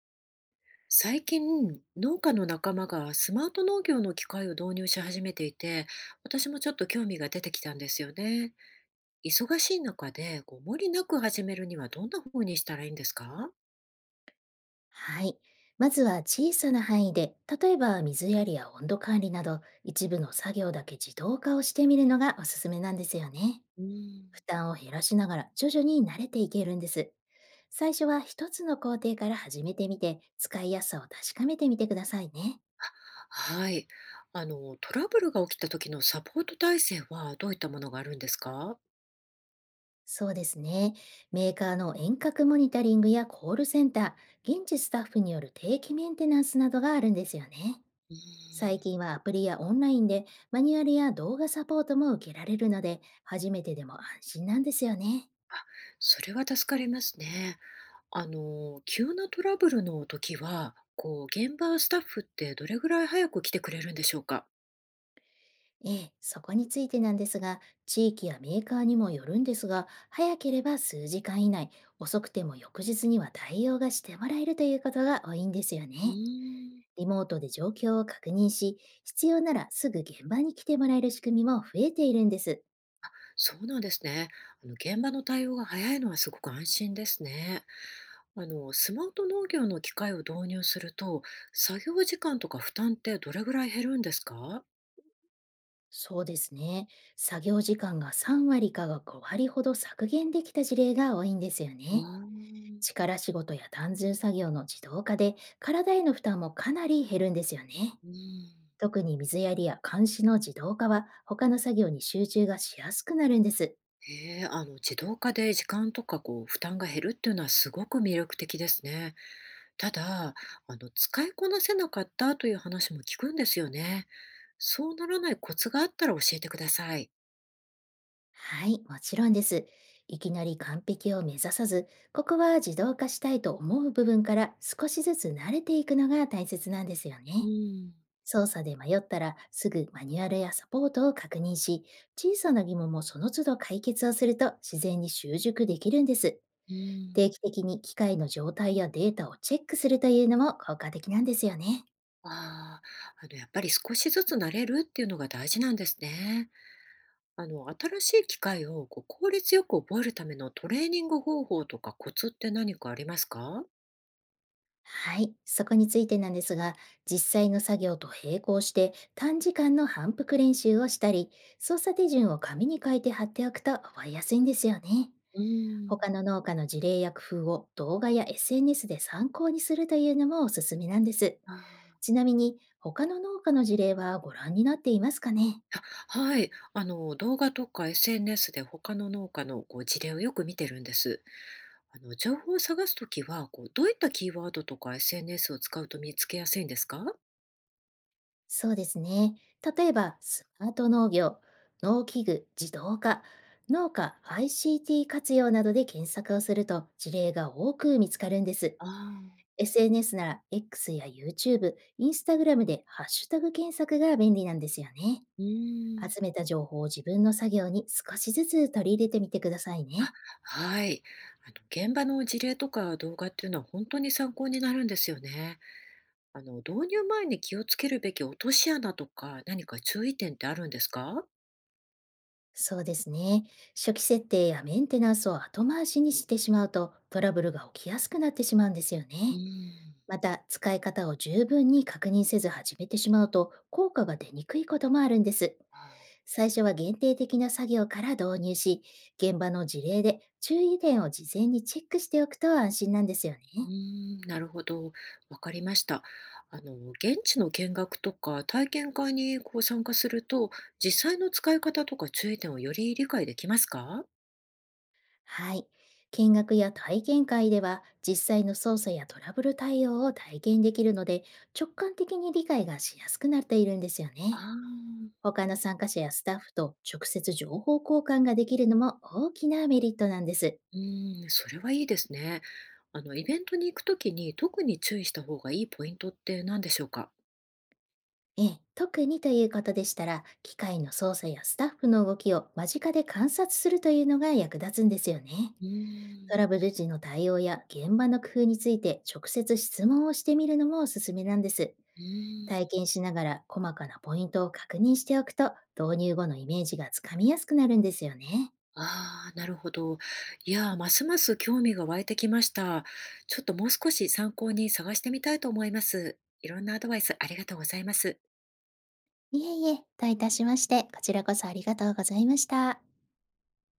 最近、農家の仲間がスマート農業の機械を導入し始めていて、私もちょっと興味が出てきたんですよね。忙しい中で、無理なく始めるにはどんな風にしたらいいんですか？はい。まずは小さな範囲で、例えば水やりや温度管理など、一部の作業だけ自動化をしてみるのがおすすめなんですよね。うん。負担を減らしながら徐々に慣れていけるんです。最初は一つの工程から始めてみて、使いやすさを確かめてみてくださいね。はい。トラブルが起きた時のサポート体制はどういったものがあるんですか？そうですね。メーカーの遠隔モニタリングやコールセンター、現地スタッフによる定期メンテナンスなどがあるんですよね。うん。最近はアプリやオンラインでマニュアルや動画サポートも受けられるので、初めてでも安心なんですよね。それは助かりますね。急なトラブルの時は、現場スタッフってどれぐらい早く来てくれるんでしょうか？ええ、そこについてなんですが、地域やメーカーにもよるんですが、早ければ数時間以内、遅くても翌日には対応がしてもらえるということが多いんですようね。ん。リモートで状況を確認し、必要ならすぐ現場に来てもらえる仕組みも増えているんです。そうなんですね。現場の対応が早いのはすごく安心ですね。スマート農業の機械を導入すると、作業時間とか負担ってどれぐらい減るんですか？そうですね。作業時間が3割かが5割ほど削減できた事例が多いんですよあね。ー。力仕事や単純作業の自動化で体への負担もかなり減るんですよね。うん。特に水やりや監視の自動化は他の作業に集中がしやすくなるんです。へえ、自動化で時間とか負担が減るっていうのはすごく魅力的ですね。ただ、使いこなせなかったという話も聞くんですよね。そうならないコツがあったら教えてください。はい、もちろんです。いきなり完璧を目指さず、ここは自動化したいと思う部分から少しずつ慣れていくのが大切なんですようね。ん。操作で迷ったらすぐマニュアルやサポートを確認し、小さな疑問もその都度解決をすると自然に習熟できるんです。う定ん。期的に機械の状態やデータをチェックするというのも効果的なんですよね。ああ、やっぱり少しずつ慣れるっていうのが大事なんですね。新しい機会をこう効率よく覚えるためのトレーニング方法とかコツって何かありますか？はい、そこについてなんですが、実際の作業と並行して短時間の反復練習をしたり、操作手順を紙に書いて貼っておくと覚えやすいんですよね。うー他ん。の農家の事例や工夫を動画や SNS で参考にするというのもおすすめなんです。あー。ちなみに、他の農家の事例はご覧になっていますかね？あ、はい。動画とか SNS で他の農家のこう事例をよく見てるんです。情報を探すときは、どういったキーワードとか SNS を使うと見つけやすいんですか？そうですね。例えば、スマート農業、農機具、自動化、農家 ICT 活用などで検索をすると事例が多く見つかるんです。あ。あ SNS なら X や YouTube、Instagram でハッシュタグ検索が便利なんですよね。ー、うー集ん。めた情報を自分の作業に少しずつ取り入れてみてくださいあ、ね。はい。あ現場の事例とか動画っていうのは本当に参考になるんですよね。導入前に気をつけるべき落とし穴とか、何か注意点ってあるんですか？そうですね。初期設定やメンテナンスを後回しにしてしまうとトラブルが起きやすくなってしまうんですようね。ーん。また、使い方を十分に確認せず始めてしまうと、効果が出にくいこともあるんです。あー。最初は限定的な作業から導入し、現場の事例で注意点を事前にチェックしておくと安心なんですよね。うーん、なるほど、わかりました。現地の見学とか体験会にこう参加すると、実際の使い方とか注意点をより理解できますか？はい。見学や体験会では、実際の操作やトラブル対応を体験できるので、直感的に理解がしやすくなっているんですよあね。あー。他の参加者やスタッフと直接情報交換ができるのも大きなメリットなんです。うーん、それはいいですね。イベントに行くときに特に注意した方がいいポイントって何でしょうか？ええ、特にということでしたら、機械の操作やスタッフの動きを間近で観察するというのが役立つんですよね。うートん。ラブル時の対応や現場の工夫について直接質問をしてみるのもおすすめなんです。うー体ん。験しながら細かなポイントを確認しておくと、導入後のイメージがつかみやすくなるんですよね。ああ、なるほど。いやー、ますます興味が湧いてきました。ちょっともう少し参考に探してみたいと思います。いろんなアドバイスありがとうございます。いえいえ、どういたしまして、こちらこそありがとうございました。